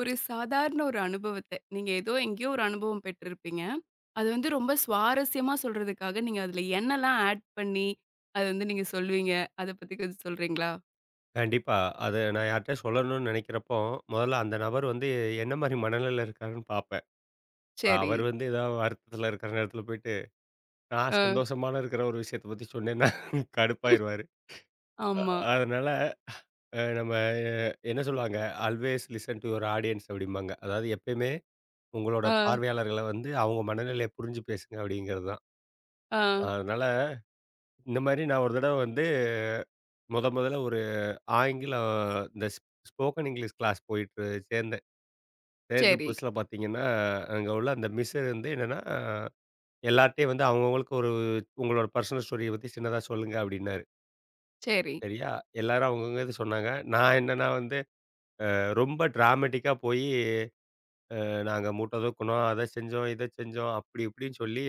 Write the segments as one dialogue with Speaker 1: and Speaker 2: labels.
Speaker 1: ஒரு சாதாரண ஒரு அனுபவத்த, நீங்க ஏதோ எங்கேயோ ஒரு அனுபவம் பெற்றிருப்பீங்க. அது வந்து ரொம்ப சுவாரஸ்யமா சொல்றதுக்காக, நீங்க அதுல என்னலாம் ஆட் பண்ணி, அத வந்து நீங்க சொல்லுவீங்க. அத பத்தி கொஞ்சம் சொல்றீங்களா?
Speaker 2: கண்டிப்பா. அத நான் யார்ட்ட சொல்லணும்னு நெனைக்கிறப்போ, முதல்ல அந்த நபர் வந்து என்ன மாரி மனநிலையில இருக்காருன்னு பார்ப்பேன். இப்ப
Speaker 1: சரி.
Speaker 2: அவரு வந்து ஏதாவது வருத்தத்துல இருக்கிற நேரத்துல போயிட்டு, நான்
Speaker 1: ஆ.
Speaker 2: சந்தோஷமான இருக்கிற ஒரு விஷயத்த பத்தி சொன்னேன்னா கடுப்பாயிருவாரு. அ
Speaker 1: ஆமா.
Speaker 2: அதனால நம்ம என்ன சொல்லுவாங்க, always listen to your audience அப்படிம்பாங்க. அதாவது எப்பயுமே உங்களோட
Speaker 1: ஆ.
Speaker 2: பார்வையாளர்கள வந்து அவங்க மனநிலைய புரிஞ்சு பேசுங்க அப்படிங்கிறது தான்.
Speaker 1: ஆ.
Speaker 2: அதனால இந்த மாரி நான் ஒரு தடவ வந்து, முதல்ல ஒரு ஆங்கிலம் இந்த ஸ்போக்கன் இங்கிலீஷ் கிளாஸ் போயிட்டு சேர்ந்தேன். சேர்ந்த
Speaker 1: சரி,
Speaker 2: புதுசுல பார்த்தீங்கன்னா, அங்க உள்ள அந்த மிஸ் வந்து என்னன்னா, எல்லார்ட்டயும் வந்து அவங்கவங்களுக்கு உங்களோட பர்சனல் ஸ்டோரிய பத்தி சின்னதா சொல்லுங்க அப்படின்னாரு.
Speaker 1: சரி.
Speaker 2: சரியா, எல்லாரும் அவங்கவங்க இது சொன்னாங்க. நான் என்னன்னா வந்து ரொம்ப டிராமேட்டிக்கா போயி, நாங்க மூட்டை தூக்குனோம், அத செஞ்சோம், இத செஞ்சோம், அப்படி இப்படின்னு சொல்லி,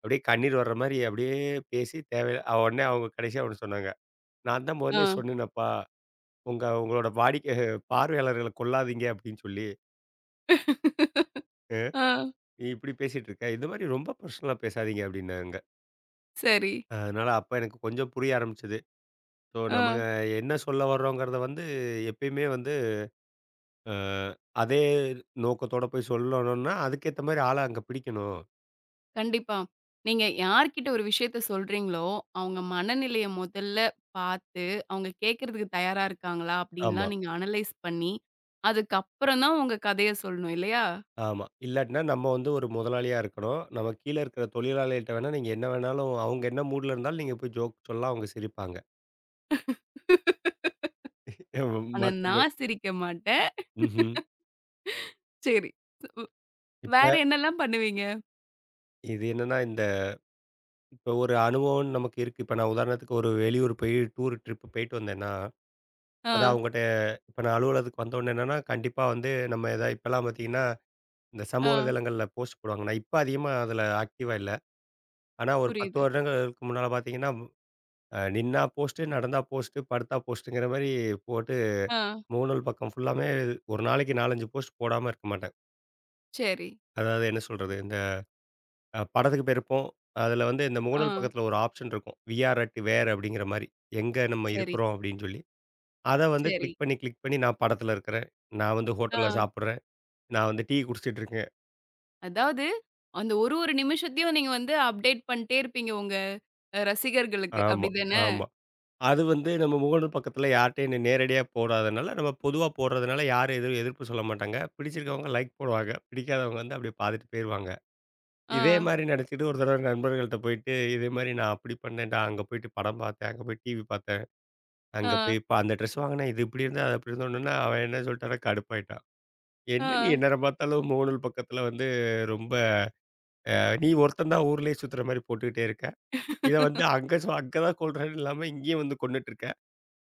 Speaker 2: அப்படியே கண்ணீர் வர்ற மாரி அப்படியே பேசி தேவையில்ல உடனே அவங்க கடைசியா ஒண்ணு சொன்னாங்க. "நான் தான்
Speaker 1: ஆ.
Speaker 2: முதல்லயே சொன்னேனப்பா, உங்களோட வாடிக்கை பார்வையாளர்கள கொல்லாதீங்க" அப்படின்னு சொல்லி,
Speaker 1: ஆ.
Speaker 2: "அ நீ இப்படி பேசிட்டு இருக்க. இந்த மாரி ரொம்ப பர்சனலா பேசாதீங்க" அப்படின்னாங்க.
Speaker 1: சரி.
Speaker 2: அதனால அப்ப எனக்கு கொஞ்சம் புரிய ஆரம்பிச்சது. So
Speaker 1: ah.
Speaker 2: நம்ம என்ன சொல்ல வர்றோங்கிறத வந்து எப்பயுமே வந்து அ அதே நோக்கத்தோட போய் சொல்லணும்னா, அதுக்கேத்த மாரி ஆள அங்க பிடிக்கணும்.
Speaker 1: கண்டிப்பா. நீங்க யார்கிட்ட ஒரு விஷயத்த சொல்றீங்களோ, அவங்க மனநிலைய முதல்ல பார்த்து, அவங்க கேட்கறதுக்கு தயாரா இருக்காங்களா?
Speaker 2: ஆமா,
Speaker 1: அப்படின்லாம் நீங்க அனலைஸ் பண்ணி, அதுக்கப்புறம் தான் உங்க கதைய சொல்லணும் இல்லையா?
Speaker 2: ஆமா. இல்லாட்டினா நம்ம வந்து ஒரு முதலாளியா இருக்கணும். நம்ம கீழ இருக்கிற தொழிலாளிகிட்ட வேணா நீங்க என்ன வேணாலும் அவங்க என்ன மூட்ல இருந்தாலும் நீங்க போய் ஜோக் சொல்லலாம் அவங்க சிரிப்பாங்க.
Speaker 1: ஆனா
Speaker 2: மத்தப
Speaker 1: நான் சிரிக்க மாட்டேன்.
Speaker 2: ம்ஹ்ம்.
Speaker 1: சரி. உ வேற
Speaker 2: இப்ப
Speaker 1: என்னலாம் பண்ணுவீங்க?
Speaker 2: இது என்னன்னா இந்த இப்ப ஒரு அனுபவம் நமக்கு இருக்கு. இப்ப நான் உதாரணத்துக்கு ஒரு வெளியூர் போய் டூர் ட்ரிப் போயிட்டு வந்தேன்னா,
Speaker 1: ஆ,
Speaker 2: அத அவங்கட்ட இப்ப நான் அலுவலகத்துக்கு வந்த உடனே என்னன்னா, கண்டிப்பா வந்து நம்ம எதா இப்பலாம் பார்த்தீங்கன்னா, இந்த சமூக
Speaker 1: ஆ.
Speaker 2: வலைதளங்கள்ல போஸ்ட் போடுவாங்க. நான் இப்ப அதிகமா அதுல ஆக்டிவா இல்ல. ஆனா ஒரு 10
Speaker 1: புரியுது.
Speaker 2: வருடங்களுக்கு முன்னால பார்த்தீங்கன்னா, நின்னா போஸ்ட்டு, நடந்தா போஸ்ட்டு, படுத்தா போஸ்ட்டுங்கிற மாரி போட்டு
Speaker 1: ஆ,
Speaker 2: முகநூல் பக்கம் ஃபுல்லாமே ஒரு நாளைக்கு 4, 5 போஸ்ட் போடாம இருக்க மாட்டேன்.
Speaker 1: சரி.
Speaker 2: அதாவது என்ன சொல்றது, இந்த படத்துக்கு போயிருப்போம். அதுல வந்து இந்த
Speaker 1: ஆ,
Speaker 2: முகநூல் பக்கத்துல ஒரு ஆப்ஷன் இருக்கும். வி ஆர் அட் வேர் அப்படிங்கிற மாரி. எங்க நம்ம
Speaker 1: சரி,
Speaker 2: இருக்கிறோம் அப்படின்னு சொல்லி. அத வந்து
Speaker 1: சரி.
Speaker 2: கிளிக் பண்ணி, கிளிக் பண்ணி நான் படத்துல இருக்கிறேன். நான் வந்து
Speaker 1: ஆ.
Speaker 2: ஹோட்டல்ல சாப்பிடுறேன். நான் வந்து டீ குடிச்சிட்டு இருக்கேன்.
Speaker 1: அதாவது அந்த ஒரு ஒரு நிமிஷத்தையும் நீங்க வந்து அப்டேட் பண்ணிட்டே இருப்பீங்க உங்க ரசிகர்களுக்கு.
Speaker 2: ஆமா,
Speaker 1: அப்படிதானே?
Speaker 2: ஆமா. அது வந்து நம்ம முகநூல் பக்கத்துல யார்ட்டயும் நேரடியா போடாதனால, நம்ம பொதுவா போடுறதுனால யாரும் எதுவும் எதிர்ப்பு சொல்ல மாட்டாங்க. பிடிச்சிருக்கவங்க லைக் போடுவாங்க. பிடிக்காதவங்க வந்து அப்படியே பாத்துட்டு போயிருவாங்க.
Speaker 1: ஆ.
Speaker 2: இதே மாரி நெனச்சுட்டு ஒரு தடவ நண்பர்கள்ட்ட போயிட்டு, இதே மாரி நான் அப்படி பண்ணேன்டா, அங்க போயிட்டு படம் பார்த்தேன், அங்க போய் டிவி பார்த்தேன், அங்க
Speaker 1: ஆ,
Speaker 2: போய் இப்ப அந்த ட்ரெஸ் வாங்குனேன், இது இப்படி இருந்தா, அது அப்படி இருந்தோன்னே அவன் என்ன சொல்லிட்டான்னா கடுப்பாயிட்டான்.
Speaker 1: ஆ,
Speaker 2: என்ன நீ எந்நேரம் பார்த்தாலும் முகநூல் பக்கத்துல வந்து ரொம்ப நீ ஒருத்தன் தான் ஊர்லயே சுத்துற மாரி போட்டுக்கிட்டே இருக்க. இத வந்து அங்க அங்க தான் கொல்றேன்னு இல்லாம இங்கேயும் வந்து கொன்னுட்டு இருக்க.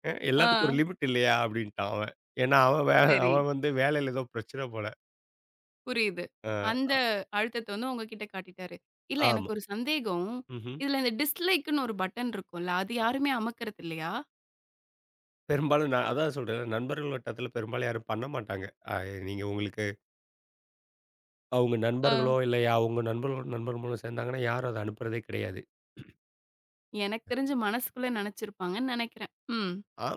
Speaker 1: ஆ.
Speaker 2: எல்லாத்துக்கும் ஒரு லிமிட் இல்லையா? அப்படின்ட்டான் அவன். ஏன்னா
Speaker 1: சரி.
Speaker 2: அவன் வந்து வேலையில ஏதோ பிரச்சனை போல.
Speaker 1: புரியுது.
Speaker 2: அ
Speaker 1: அந்த அழுத்தத்த வந்து உங்ககிட்ட காட்டிட்டாரு. இல்ல
Speaker 2: ஆமா.
Speaker 1: எனக்கு ஒரு சந்தேகம்.
Speaker 2: ம்ஹ்ம்.
Speaker 1: இதுல இந்த டிஸ்லைக்ன்னு ஒரு பட்டன் இருக்கும்ல. அது யாருமே அமக்கறது இல்லையா?
Speaker 2: பெரும்பாலும் நான் அதான் சொல்றேன்ல, நண்பர்கள் வட்டத்தில பெரும்பாலும் யாரும் பண்ண மாட்டாங்க. அ நீங்க உங்களுக்கு அவங்க
Speaker 1: ஆ.
Speaker 2: நண்பர்களோ, இல்ல உங்க நண்பர்களோட நண்பர் மூலம் சேர்ந்தாங்கன்னா, யாரும் அத அனுப்புறதே கிடையாது.
Speaker 1: எனக்கு தெரிஞ்சு மனசுக்குள்ள நெனச்சிருப்பாங்கன்னு நெனைக்கிறேன். ம்.
Speaker 2: ஆ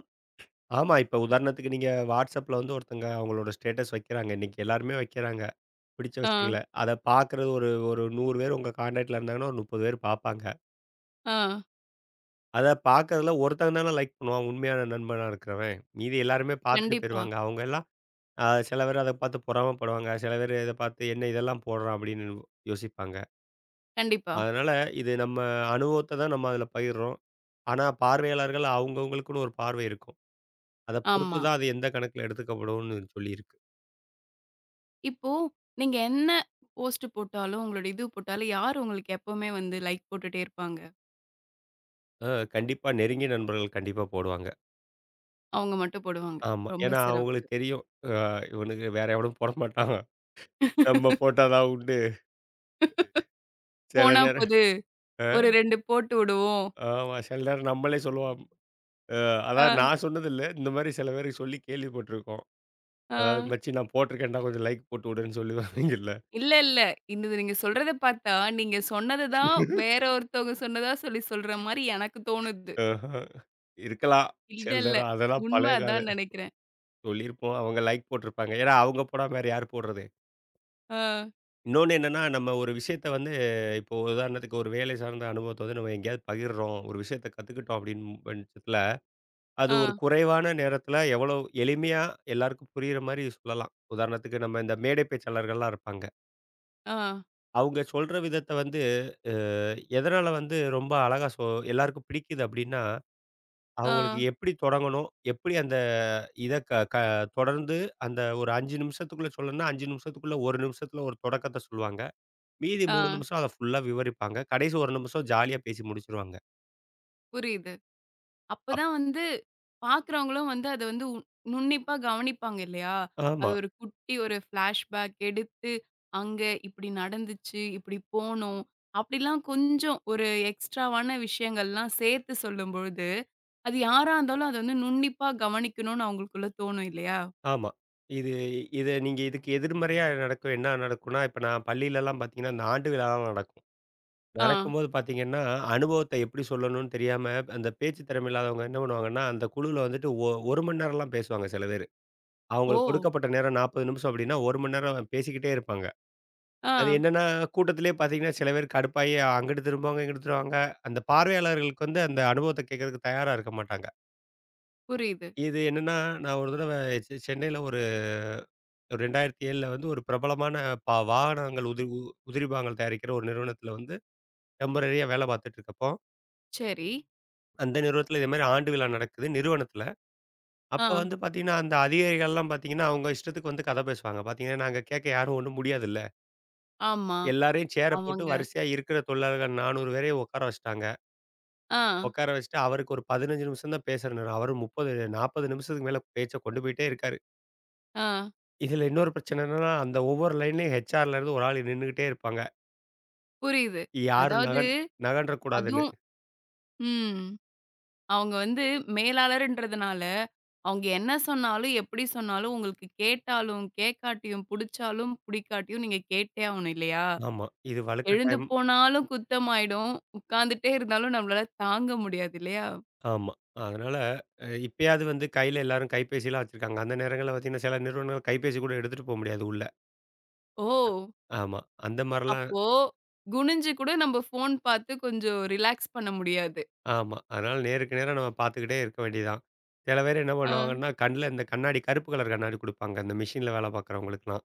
Speaker 2: ஆமா. இப்ப உதாரணத்துக்கு நீங்க WhatsAppல வந்து ஒருத்தங்க அவங்களோட ஸ்டேட்டஸ் வைக்கிறாங்க. இன்னைக்கு எல்லாருமே வைக்கிறாங்க. பிடிச்ச
Speaker 1: ஆ,
Speaker 2: விஷயங்கள. அத பார்க்குறது ஒரு ஒரு 100 பேர் உங்க கான்டாக்ட்ல இருந்தாங்கன்னா, ஒரு 30 பேர் பார்ப்பாங்க.
Speaker 1: ஆ.
Speaker 2: அத பார்க்கறதுல ஒருத்தன் தான லைக் பண்ணுவான். உண்மையான நண்பனா இருக்கிறவன். மீதி எல்லாருமே பார்த்துட்டு
Speaker 1: கண்டிப்பா,
Speaker 2: போயிருவாங்க. அவங்க எல்லாம் சில பேர் அத பார்த்து பொறாமப்படுவாங்க. சில பேர் இத பார்த்து என்ன இதெல்லாம் போடுறான் அப்படின்னு யோசிப்பாங்க.
Speaker 1: கண்டிப்பா.
Speaker 2: அதனால இது நம்ம அனுபவத்த தான் நம்ம அதில பகிர்றோம். ஆனா பார்வையாளர்கள் அவங்கவங்களுக்குன்னு ஒரு பார்வை இருக்கும். அத பொறுத்து
Speaker 1: ஆமா.
Speaker 2: தான் அது எந்த கணக்குல எடுத்துக்கப்படும்னு சொல்லியிருக்கு.
Speaker 1: இப்போ நீங்க என்ன போஸ்ட் போட்டாலும், உங்களோட இது போட்டாலும், யார் உங்களுக்கு எப்பவுமே வந்து லைக் போட்டுட்டே இருப்பாங்க?
Speaker 2: அ கண்டிப்பா நெருங்கிய நண்பர்கள் கண்டிப்பா போடுவாங்க.
Speaker 1: அவங்க மட்டும் போடுவாங்க.
Speaker 2: ஆமா.
Speaker 1: ரொம்ப
Speaker 2: ஏன்னா
Speaker 1: சிறப்பு.
Speaker 2: அவங்களுக்கு தெரியும். அ இவனுக்கு வேற எவனும் போட மாட்டான். நம்ம போட்டா தான் உண்டு. சில
Speaker 1: போனா
Speaker 2: நேரம்
Speaker 1: போது
Speaker 2: அ
Speaker 1: ஒரு 2 போட்டு விடுவோம்.
Speaker 2: ஆமா. சில நேரம் நம்மளே சொல்லுவோம். அ
Speaker 1: ஆ.
Speaker 2: அதாவது நான் சொன்னதில்ல. இந்த மாரி சில பேருக்கு சொல்லி கேள்விப்பட்டுருக்கோம்.
Speaker 1: ஆ.
Speaker 2: அதாவது "மச்சி நான் போட்டிருக்கேன்டா கொஞ்சம் லைக் போட்டு விடுன்னு" சொல்லி வருவீங்கல்ல.
Speaker 1: இல்ல, இல்ல. இந்த நீங்க சொல்றத பார்த்தா, நீங்க சொன்னது தான் வேற ஒருத்தவங்க சொன்னதா சொல்லி சொல்ற மாரி எனக்கு தோணுது.
Speaker 2: ஆஹ. இருக்கலாம்.
Speaker 1: இல்ல,
Speaker 2: சில
Speaker 1: இல்ல.
Speaker 2: நேரம் அதெல்லாம்
Speaker 1: உண்ம
Speaker 2: பழைய கத.
Speaker 1: அதான் நெனைக்கிறேன்.
Speaker 2: சொல்லியிருப்போம். அவங்க லைக் போட்டிருப்பாங்க. ஏன்னா அவங்க போடாம வேற யார் போடுறது?
Speaker 1: ஆ,
Speaker 2: இன்னொன்னு என்னன்னா, நம்ம ஒரு விஷயத்த வந்து இப்போ உதாரணத்துக்கு ஒரு வேலை சார்ந்த அனுபவத்த வந்து நம்ம எங்கேயாவது பகிர்றோம். ஒரு விஷயத்த கத்துக்கிட்டோம் அப்படின்னு பட்சத்துல, அது ஒரு
Speaker 1: ஆ,
Speaker 2: குறைவான நேரத்துல எவ்வளோ எளிமையா எல்லாருக்கும் புரியிற மாரி சொல்லலாம். உதாரணத்துக்கு நம்ம இந்த மேடை பேச்சாளர்கள்லாம் இருப்பாங்க.
Speaker 1: ஆ,
Speaker 2: அவங்க சொல்ற விதத்த வந்து எதனால வந்து ரொம்ப அழகா எல்லாருக்கும் பிடிக்குது அப்டின்னா,
Speaker 1: ஆ,
Speaker 2: அவங்களுக்கு எப்படி தொடங்கணும்? எப்படி அந்த இத க க தொடர்ந்து அந்த ஒரு 5 நிமிஷத்துக்குள்ள சொல்லணும்னா, 5 நிமிஷத்துக்குள்ள 1 நிமிஷத்துல ஒரு தொடக்கத்த சொல்லுவாங்க. மீதி
Speaker 1: ஆ.
Speaker 2: 3 நிமிஷம் அத ஃபுல்லா விவரிப்பாங்க. கடைசி 1 நிமிஷம் ஜாலியா பேசி முடிச்சுருவாங்க.
Speaker 1: புரியுது.
Speaker 2: அப்
Speaker 1: அப்பதான் வந்து பார்க்குறவங்களும் வந்து அத வந்து நுண்ணிப்பா கவனிப்பாங்க இல்லையா? அது
Speaker 2: ஆமா,
Speaker 1: ஒரு குட்டி ஒரு ஃபிளாஷ்பேக் எடுத்து, அங்க இப்படி நடந்துச்சு, இப்படி போனோம். அப்படிலாம் கொஞ்சம் ஒரு எக்ஸ்ட்ராவான விஷயங்கள்லாம் சேர்த்து சொல்லும்பொழுது அது யாரா இருந்தாலும் அத வந்து நுண்ணிப்பா கவனிக்கணும்னு அவங்களுக்குள்ள தோணும் இல்லையா?
Speaker 2: ஆமா. இது இது நீங்க இதுக்கு எதிர்மறையா நடக்கும் என்ன நடக்கும்னா, இப்ப நான் பள்ளியிலலாம் பார்த்தீங்கன்னா, இந்த ஆண்டு விழாலாம் நடக்கும்.
Speaker 1: ஆ.
Speaker 2: நடக்கும்போது பார்த்தீங்கன்னா, அனுபவத்த எப்படி சொல்லணும்னு தெரியாம, அந்த பேச்சு திறமை இல்லாதவங்க என்ன பண்ணுவாங்கன்னா, அந்த குழுவுல வந்துட்டு 1 மணி நேரம்லாம் பேசுவாங்க சில பேரு.
Speaker 1: ஓ!
Speaker 2: அவங்களுக்கு கொடுக்கப்பட்ட நேரம் 40 நிமிஷம் அப்படின்னா, 1 மணி நேரம் பேசிக்கிட்டே இருப்பாங்க.
Speaker 1: ஆ.
Speaker 2: அது என்னன்னா, கூட்டத்திலேயே பார்த்தீங்கன்னா, சில பேர் கடுப்பாயி அங்கிட்டு திரும்புவாங்க, இங்கிட்டு திரும்புவாங்க. அந்த பார்வையாளர்களுக்கு வந்து அந்த அனுபவத்த கேட்கறதுக்கு தயாரா இருக்க மாட்டாங்க.
Speaker 1: புரியுது.
Speaker 2: இது என்னன்னா, நான் ஒரு தடவ சென்னையில ஒரு 2007ல வந்து ஒரு பிரபலமான வாகனங்கள் உதிரி பாகங்கள் தயாரிக்கிற ஒரு நிறுவனத்தில வந்து டெம்பரரியா வேலை பார்த்துட்டு இருக்கப்போ
Speaker 1: சரி.
Speaker 2: அந்த நிறுவனத்தில இதே மாரி ஆண்டு விழா நடக்குது நிறுவனத்தில. அப்ப
Speaker 1: ஆ.
Speaker 2: வந்து பார்த்தீங்கன்னா, அந்த அதிகாரிகள்லாம் பார்த்தீங்கன்னா, அவங்க இஷ்டத்துக்கு வந்து கதை பேசுவாங்க. பார்த்தீங்கன்னா, நாங்க கேட்க யாரும் ஒண்ணும் முடியாதுல்ல.
Speaker 1: ஆமா.
Speaker 2: எல்லாரையும் சேர போட்டு
Speaker 1: அவங்க
Speaker 2: வரிசையா இருக்கிற தொழிலாளர்கள் 400 பேரையும் உட்கார வச்சுட்டாங்க.
Speaker 1: ஆ,
Speaker 2: உட்கார வச்சுட்டு அவருக்கு ஒரு 15 நிமிஷம் தான் பேசுற நேரம். அவரு 30 40 நிமிஷத்துக்கு மேல பேச்ச கொண்டு போயிட்டே இருக்காரு.
Speaker 1: ஆ.
Speaker 2: இதுல இன்னொரு பிரச்சனை என்னன்னா, அந்த ஒவ்வொரு லைன்லயும் ஹெச்ஆர்ல இருந்து ஒரு ஆள் நின்னுகிட்டே இருப்பாங்க.
Speaker 1: புரியுது.
Speaker 2: யாரும்
Speaker 1: அதாவது
Speaker 2: நகன்றக்கூடாதுன்னு.
Speaker 1: அதுவும் ம். அவங்க வந்து மேலாளர்ன்றதுனால, அவங்க என்ன சொன்னாலும், எப்படி சொன்னாலும் உங்களுக்கு கேட்டாலும், கேட்காட்டியும், புடிச்சாலும், புடிக்காட்டியும் நீங்க கேட்டே ஆகணும் இல்லையா?
Speaker 2: ஆமா. இது
Speaker 1: எழுந்து
Speaker 2: வலுக்கட்டாயம்.
Speaker 1: போனாலும் குத்தமாயிடும். உட்கார்ந்துட்டே இருந்தாலும் நம்மளால தாங்க முடியாது இல்லையா?
Speaker 2: ஆமா. அதனால இப்பயாவது வந்து கையில எல்லாரும் கைபேசிலாம் வச்சிருக்காங்க. அந்த நேரங்கள்ல பார்த்தீங்கன்னா, சில நிறுவனங்கள் கைபேசி கூட எடுத்துட்டு போ முடியாது உள்ள.
Speaker 1: ஓ!
Speaker 2: ஆமா. அந்த மாரிலாம்.
Speaker 1: அப்போ, குனிஞ்சு கூட நம்ம ஃபோன் பார்த்து கொஞ்சம் ரிலாக்ஸ் பண்ண முடியாது.
Speaker 2: ஆமா. அதனால நேருக்கு நேரா நம்ம பார்த்துக்கிட்டே இருக்க வேண்டியதான். சில பேர் என்ன
Speaker 1: ஆ,
Speaker 2: பண்ணுவாங்கன்னா, கண்ல இந்த கண்ணாடி கருப்பு கலர் கண்ணாடி குடுப்பாங்க. இந்த மிஷின்ல வேலை பார்க்குறவங்களுக்குலாம்.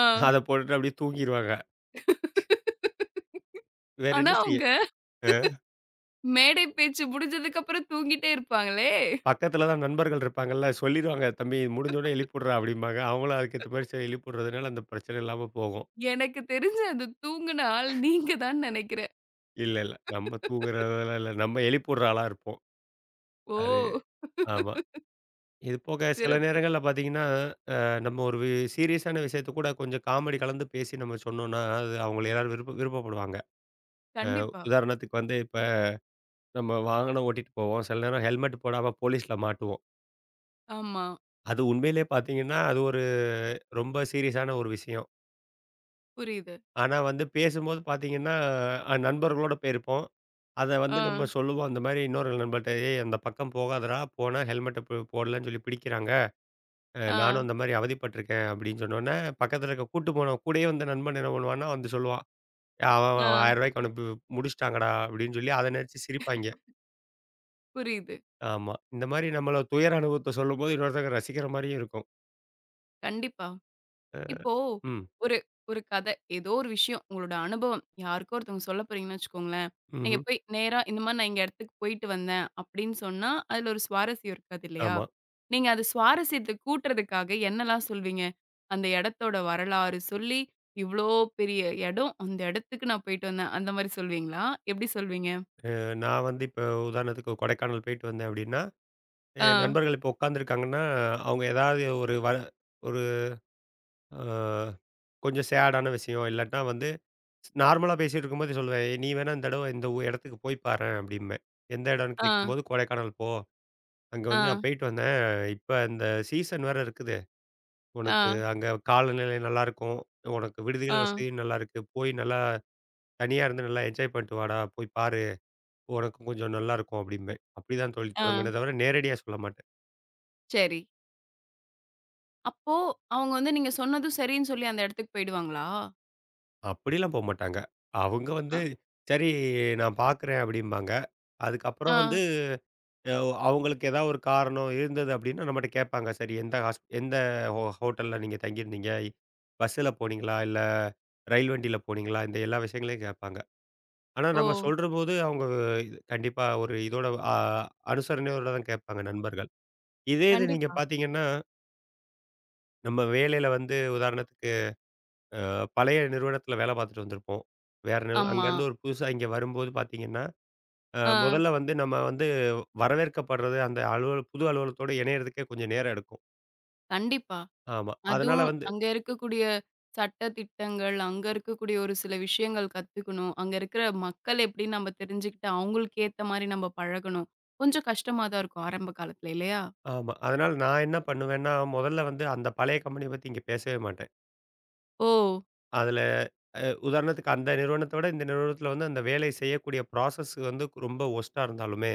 Speaker 1: ஆ.
Speaker 2: அத போட்டுட்டு அப்படியே தூங்கிருவாங்க. வேற
Speaker 1: ஆனா,
Speaker 2: என்ன செய்ய?
Speaker 1: அவங்க
Speaker 2: அ
Speaker 1: மேடை பேச்சு முடிஞ்சதுக்கப்புறம் தூங்கிட்டே இருப்பாங்களே!
Speaker 2: பக்கத்துல தான் நண்பர்கள் இருப்பாங்கல்ல. சொல்லிருவாங்க, "தம்பி இது முடிஞ்ச உடனே எழுப்பிவுட்றா" அப்படிம்பாங்க. அவங்களும் அதுக்கேத்த மாரி சரி எழுப்பிவுட்றதுனால அந்த பிரச்சனை இல்லாம போகும்.
Speaker 1: எனக்கு தெரிஞ்சு அது தூங்குன ஆள் நீங்க தான் நெனைக்கிறேன்.
Speaker 2: இல்ல, இல்ல. நம்ம தூங்குறதெல்லாம் இல்ல. நம்ம எழுப்பிவுட்ற ஆளா இருப்போம்.
Speaker 1: ஓ!
Speaker 2: அது ஆமா. இது போக சில
Speaker 1: சிறப்பு.
Speaker 2: நேரங்கள்ல பார்த்தீங்கன்னா, அ நம்ம ஒரு சீரியஸான விஷயத்த கூட கொஞ்சம் காமெடி கலந்து பேசி நம்ம சொன்னோம்னா, அது அவங்க எல்லாரும் விருப்ப விருப்பப்படுவாங்க.
Speaker 1: கண்டிப்பா.
Speaker 2: உதாரணத்துக்கு வந்து இப்ப நம்ம வாகனம் ஓட்டிட்டு போவோம். சில நேரம் ஹெல்மெட் போடாம போலீஸ்ல மாட்டுவோம்.
Speaker 1: ஆமா.
Speaker 2: அது உண்மையிலேயே பார்த்தீங்கன்னா, அது ஒரு ரொம்ப சீரியஸான ஒரு விஷயம்.
Speaker 1: புரியுது.
Speaker 2: ஆனா வந்து பேசும்போது பார்த்தீங்கன்னா, நண்பர்களோட போயிருப்போம். அத
Speaker 1: ஆ,
Speaker 2: வந்து நம்ம சொல்லுவோம். அந்த மாரி இன்னொரு நண்பர்ட்ட, "ஏய் அந்த பக்கம் போகாதடா, போனா ஹெல்மெட்ட போடலன்னு சொல்லி பிடிக்கிறாங்க."
Speaker 1: ஆ,
Speaker 2: நானும் அந்த மாரி அவதிப்பட்டுருக்கேன் அப்படின்னு சொன்னோனே, பக்கத்துல இருக்க கூட்டு போன கூடயே வந்த நண்பன் என்ன பண்ணுவான்னா, வந்து சொல்லுவான். அவன் அவன் ரூ.
Speaker 1: ஆ.
Speaker 2: 1000 அவன பு முடிச்சுட்டாங்கடா அப்படின்னு சொல்லி அத நெனச்சு சிரிப்பாய்ங்க.
Speaker 1: புரியுது.
Speaker 2: ஆமா. இந்த மாரி நம்மள துயர அனுபவத்த சொல்லும்போது இன்னொருத்தங்க ரசிக்கிற மாரியும் இருக்கும்.
Speaker 1: கண்டிப்பா.
Speaker 2: அ
Speaker 1: இப்போ
Speaker 2: ம்.
Speaker 1: ஒரு ஒரு கதை, ஏதோ ஒரு விஷயம் உங்களோட அனுபவம் யாருக்கோ ஒருத்தவங்க சொல்ல போறீங்கன்னு வச்சுக்கோங்களேன். நீங்க
Speaker 2: ம்ஹ்ம்.
Speaker 1: போய் நேரா இந்த மாரி நான் இந்த இடத்துக்கு போயிட்டு வந்தேன் அப்படின்னு சொன்னா, அதுல ஒரு சுவாரஸ்யம் இருக்காது இல்லையா?
Speaker 2: ஆமா.
Speaker 1: நீங்க அது சுவாரஸ்யத்த கூட்டுறதுக்காக என்னலாம் சொல்வீங்க? அந்த இடத்தோட வரலாறு சொல்லி, இவ்ளோ பெரிய இடம், அந்த இடத்துக்கு நான் போயிட்டு வந்தேன். அந்த மாரி சொல்வீங்களா? எப்படி சொல்வீங்க?
Speaker 2: நான் வந்து இப்போ உதாரணத்துக்கு கொடைக்கானல் போயிட்டு வந்தேன் அப்படின்னா, என்
Speaker 1: ஆ,
Speaker 2: நண்பர்கள் இப்போ உட்காந்துருக்காங்கன்னா, அவங்க ஏதாவது ஒரு அ கொஞ்சம் சேடான விஷயம் இல்லாட்டா வந்து நார்மலா பேசிட்டு இருக்கும்போது சொல்லுவேன். "ஏய், "நீ வேணா இந்த தடவ இந்த இடத்துக்கு போய் பாரேன்" அப்படிம்பேன். எந்த இடம்னு
Speaker 1: ஆ,
Speaker 2: கேட்கும்போது, "கொடைக்கானல் போ. அங்க வந்து
Speaker 1: ஆ,
Speaker 2: நான் போயிட்டு வந்தேன். இப்ப இந்த சீசன் வேற இருக்குது. உனக்கு
Speaker 1: ஆ,
Speaker 2: அங்க காலநிலை நல்லாருக்கும். உனக்கு
Speaker 1: ஆ,
Speaker 2: விடுதிகள் வசதியும் நல்லாருக்கு. போய் நல்லா தனியா இருந்து நல்லா என்ஜாய் பண்ணிட்டு வாடா. போய் பாரு. உனக்கும் கொஞ்சம் நல்லாருக்கும்" அப்படிம்பேன். அப்படிதான் சொல்லி
Speaker 1: ஆ.
Speaker 2: தொடங்குனே தவிர, நேரடியா சொல்ல மாட்டேன்.
Speaker 1: சரி. அப்போ அவங்க வந்து நீங்க சொன்னதும் சரின்னு சொல்லி அந்த இடத்துக்கு போயிடுவாங்களா?
Speaker 2: அப்படிலாம் போமாட்டாங்க. அவங்க
Speaker 1: அ,
Speaker 2: வந்து, "சரி நான் பாக்குறேன்" அப்படிம்பாங்க.
Speaker 1: ஆ.
Speaker 2: அதுக்கப்புறம் வந்து அ அவங்களுக்கு ஏதாவது ஒரு காரணம் இருந்தது அப்டின்னா, நம்மட்ட கேட்பாங்க. சரி எந்த ஹோட்டல்ல நீங்க தங்கியிருந்தீங்க? பஸ்ஸுல போனீங்களா? இல்ல ரயில் வண்டியில போனீங்களா? இந்த எல்லா விஷயங்களையும் கேட்பாங்க. ஆனா
Speaker 1: ஓ!
Speaker 2: நம்ம சொல்றபோது அவங்க இது கண்டிப்பா ஒரு இதோட அ அனுசரணையோட தான் கேட்பாங்க நண்பர்கள். இதே இது நீங்க
Speaker 1: கண்டிப்பா.
Speaker 2: பார்த்தீங்கன்னா, நம்ம வேலையில வந்து உதாரணத்துக்கு பழைய நிறுவனத்தில வேலை பார்த்துட்டு வந்திருப்போம். வேற
Speaker 1: ஆமா.
Speaker 2: அங்கேருந்து ஒரு புதுசா இங்க வரும்போது பார்த்தீங்கன்னா,
Speaker 1: ஆ
Speaker 2: முதல்ல வந்து நம்ம வந்து வரவேற்கப்படுறது அந்த புது அலுவலகத்தோட இணையறதுக்கே கொஞ்சம் நேரம் எடுக்கும்.
Speaker 1: கண்டிப்பா.
Speaker 2: ஆமா. அதனால
Speaker 1: அதுவும்
Speaker 2: வந்து.
Speaker 1: அங்க இருக்கக்கூடிய சட்ட திட்டங்கள், அங்க இருக்கக்கூடிய ஒரு சில விஷயங்கள் கத்துக்கணும். அங்க இருக்கிற மக்கள் எப்படின்னு நம்ம தெரிஞ்சுக்கிட்டு, அவங்களுக்கு ஏத்த மாரி நம்ம பழகணும். கொஞ்சம் கஷ்டமா தான் இருக்கும் ஆரம்ப காலத்துல இல்லையா?
Speaker 2: ஆமா. அதனால நான் என்ன பண்ணுவேன்னா, முதல்ல வந்து அந்த பழைய கம்பெனிய பத்தி இங்க பேசவே மாட்டேன்.
Speaker 1: ஓ!
Speaker 2: அதுல உதாரணத்துக்கு அந்த நிறுவனத்த விட இந்த நிறுவனத்துல வந்து அந்த வேலை செய்யக்கூடிய ப்ராசஸ் வந்து ரொம்ப வொர்ஸ்ட்டா இருந்தாலுமே,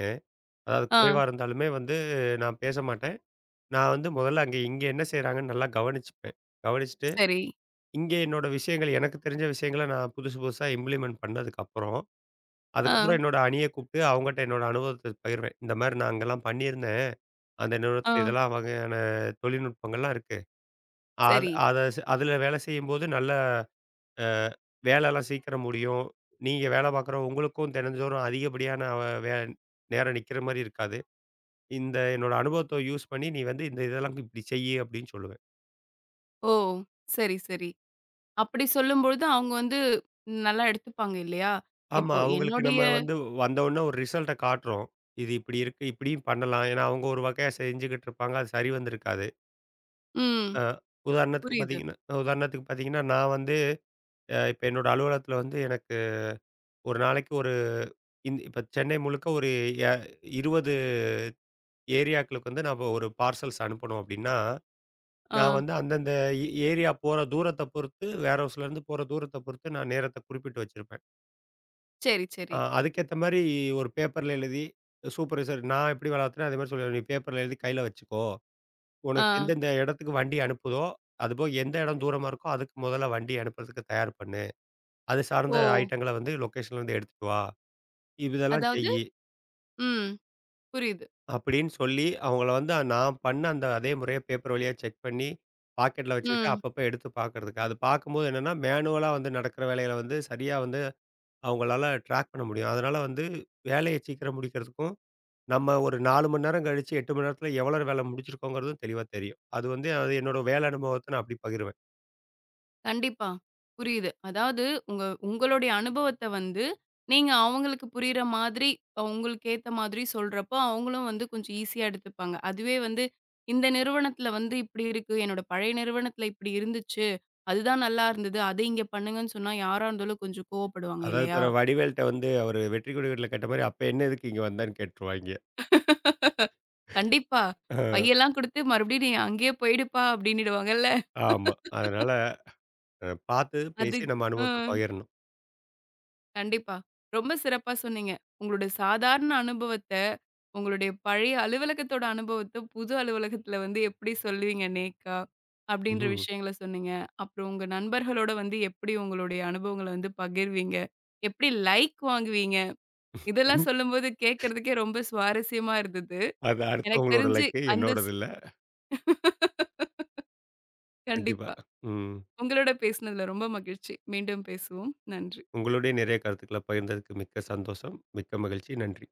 Speaker 2: அதாவது
Speaker 1: ஆ
Speaker 2: குறைவா இருந்தாலுமே வந்து நான் பேச மாட்டேன். நான் வந்து முதல்ல அங்க இங்க என்ன செய்றாங்கன்னு நல்லா கவனிச்சுப்பேன். கவனிச்சுட்டு,
Speaker 1: சரி.
Speaker 2: இங்கே என்னோட விஷயங்கள் எனக்கு தெரிஞ்ச விஷயங்கள நான் புதுசு புதுசா இம்ப்ளிமெண்ட் பண்ணதுக்கப்புறம்,
Speaker 1: ஆ,
Speaker 2: அதுக்கப்புறம் என்னோட அணிய கூப்பிட்டு அவங்கட்ட என்னோட அனுபவத்த பகிர்வேன். இந்த மாரி நான் அங்கலாம் பண்ணியிருந்தேன். அந்த
Speaker 1: ஆ
Speaker 2: நிறுவனத்துல இதெல்லாம் வகையான தொழில்நுட்பங்கள்லாம் இருக்கு. அத
Speaker 1: சரி.
Speaker 2: அத ஸ் அதுல வேலை செய்யும்போது நல்ல அ வேலைலாம் சீக்கிரம் முடியும். நீங்க வேலை பார்க்குற உங்களுக்கும் தினந்தோறும் அதிகப்படியான அ வே நேரம் நிக்கிற மாரி இருக்காது. இந்த என்னோட அனுபவத்த யூஸ் பண்ணி, "நீ வந்து இந்த இதெல்லாம் இப்படி செய்யி" அப்படின்னு சொல்லுவேன்.
Speaker 1: ஓ! சரி, சரி. அப்படி சொல்லும்பொழுது அவங்க வந்து நல்லா எடுத்துப்பாங்க இல்லையா?
Speaker 2: ஆமா,
Speaker 1: இப்போ
Speaker 2: அவங்களுக்கு
Speaker 1: என்னுடைய
Speaker 2: நம்ம வந்து வந்தவுடனே ஒரு ரிசல்ட்ட காட்டுறோம். இது இப்படி இருக்கு, இப்படியும் பண்ணலாம். ஏன்னா, அவங்க ஒரு வகையா செஞ்சுகிட்டு இருப்பாங்க. அது சரி வந்திருக்காது.
Speaker 1: ம்.
Speaker 2: அ உதாரணத்துக்கு
Speaker 1: புரியுது.
Speaker 2: பார்த்தீங்கன்னா உதாரணத்துக்கு பார்த்தீங்கன்னா, நான் வந்து இப்ப என்னோட அலுவலகத்துல வந்து எனக்கு ஒரு நாளைக்கு ஒரு இப்ப சென்னை முழுக்க ஒரு எ 20 ஏரியாக்களுக்கு வந்து நம்ம ஒரு பார்சல்ஸ் அனுப்பணும் அப்டின்னா,
Speaker 1: ஆ
Speaker 2: நான் வந்து அந்தந்த ஏரியா போற தூரத்த பொறுத்து, வேர் ஹவுஸ்லேருந்து போற தூரத்த பொறுத்து நான் நேரத்த குறிப்பிட்டு வச்சிருப்பேன்.
Speaker 1: சரி, சரி.
Speaker 2: அதுக்கேத்த மாரி ஒரு பேப்பர்ல எழுதி சூப்பர்வைசர் நான் எப்படி வளர்த்தேனோ அதே மாரி சொல்லுவேன். "நீ பேப்பர்ல எழுதி கையில வச்சுக்கோ. உனக்கு
Speaker 1: ஆ
Speaker 2: எந்தெந்த இடத்துக்கு வண்டி அனுப்புதோ, அதுபோக எந்த இடம் தூரமா இருக்கோ அதுக்கு முதல்ல வண்டி அனுப்புறதுக்கு தயார் பண்ணு. அது சார்ந்த
Speaker 1: ஓ!
Speaker 2: ஐட்டங்கள வந்து லொகேஷன்லேருந்து எடுத்துட்டு வா. இதெல்லாம்
Speaker 1: அதாவது
Speaker 2: செய்யி."
Speaker 1: ம். புரியுது.
Speaker 2: அப்படின்னு சொல்லி, அவங்கள வந்து நான் பண்ண அந்த அதே முறைய பேப்பர் வழியா செக் பண்ணி, பாக்கெட்ல வச்சுக்கிட்டு
Speaker 1: ம்.
Speaker 2: அப்பப்ப எடுத்து பாக்குறதுக்கு. அது பார்க்கும்போது என்னன்னா, மேனுவலா வந்து நடக்கிற வேலைகள வந்து சரியா வந்து அவங்களால ட்ராக் பண்ண முடியும். அதனால வந்து வேலைய சீக்கிரம் முடிக்கிறதுக்கும், நம்ம ஒரு 4 மணி நேரம் கழிச்சு 8 மணி நேரத்துல எவ்வளோ வேலை முடிச்சிருக்கோங்கிறதும் தெளிவா தெரியும். அது வந்து அது என்னோட வேலை அனுபவத்த நான் அப்படி பகிருவேன்.
Speaker 1: கண்டிப்பா. புரியுது. அதாவது உங்க உங்களுடைய அனுபவத்த வந்து, நீங்க அவங்களுக்கு புரியிற மாதிரி, உங்களுக்கு ஏத்த மாதிரி சொல்றப்போ, அவங்களும் வந்து கொஞ்சம் ஈஸியா எடுத்துப்பாங்க. அதுவே வந்து, இந்த நிறுவனத்துல வந்து இப்படி இருக்கு. என்னோட பழைய நிறுவனத்துல இப்படி இருந்துச்சு. அதுதான் நல்லா இருந்தது. அத இங்க பண்ணுங்கன்னு சொன்னா, யாரா இருந்தாலும் கொஞ்சம் கோவப்படுவாங்க
Speaker 2: அதாவது
Speaker 1: இல்லையா?
Speaker 2: பிற வடிவேல்ட்ட வந்து அவரு வெற்றி கொடி வீடுல கேட்ட மாரி, அப்ப என்ன எதுக்கு இங்க வந்தேன்னு கேட்டுருவாய்ங்க.
Speaker 1: கண்டிப்பா. பையெல்லாம் குடுத்து மறுபடியும் நீ அங்கேயே போயிடுப்பா அப்படின்னிடுவாங்கல்ல.
Speaker 2: ஆமா. அதனால பார்த்து
Speaker 1: அது
Speaker 2: பேசி நம்ம
Speaker 1: அ.
Speaker 2: அனுபவத்த பகிரணும்.
Speaker 1: கண்டிப்பா. ரொம்ப சிறப்பா சொன்னீங்க. உங்களுடைய சாதாரண அனுபவத்த, உங்களுடைய பழைய அலுவலகத்தோட அனுபவத்த, புது அலுவலகத்துல வந்து எப்படி சொல்லுவீங்க நேக்கா? அப்படின்ற விஷயங்கள சொன்னீங்க. அப்புறம் உங்க நண்பர்களோட வந்து எப்படி உங்களுடைய அனுபவங்கள வந்து பகிர்வீங்க? எப்படி லைக் வாங்குவீங்க?
Speaker 2: ம்.
Speaker 1: இதெல்லாம் சொல்லும்போது கேட்கறதுக்கே ரொம்ப சுவாரஸ்யமா இருந்தது.
Speaker 2: அது
Speaker 1: எனக்கு
Speaker 2: அடுத்தவங்களோட
Speaker 1: தெரிஞ்சு
Speaker 2: லைக்கு.
Speaker 1: அந்த
Speaker 2: என்னோடது இல்ல. கண்டிப்பா.
Speaker 1: கண்டிப்பா.
Speaker 2: ம்.
Speaker 1: உங்களோட பேசினதுல ரொம்ப மகிழ்ச்சி. மீண்டும் பேசுவோம். நன்றி.
Speaker 2: உங்களுடைய நிறைய கருத்துக்கள பகிர்ந்ததுக்கு மிக்க சந்தோஷம். மிக்க மகிழ்ச்சி. நன்றி.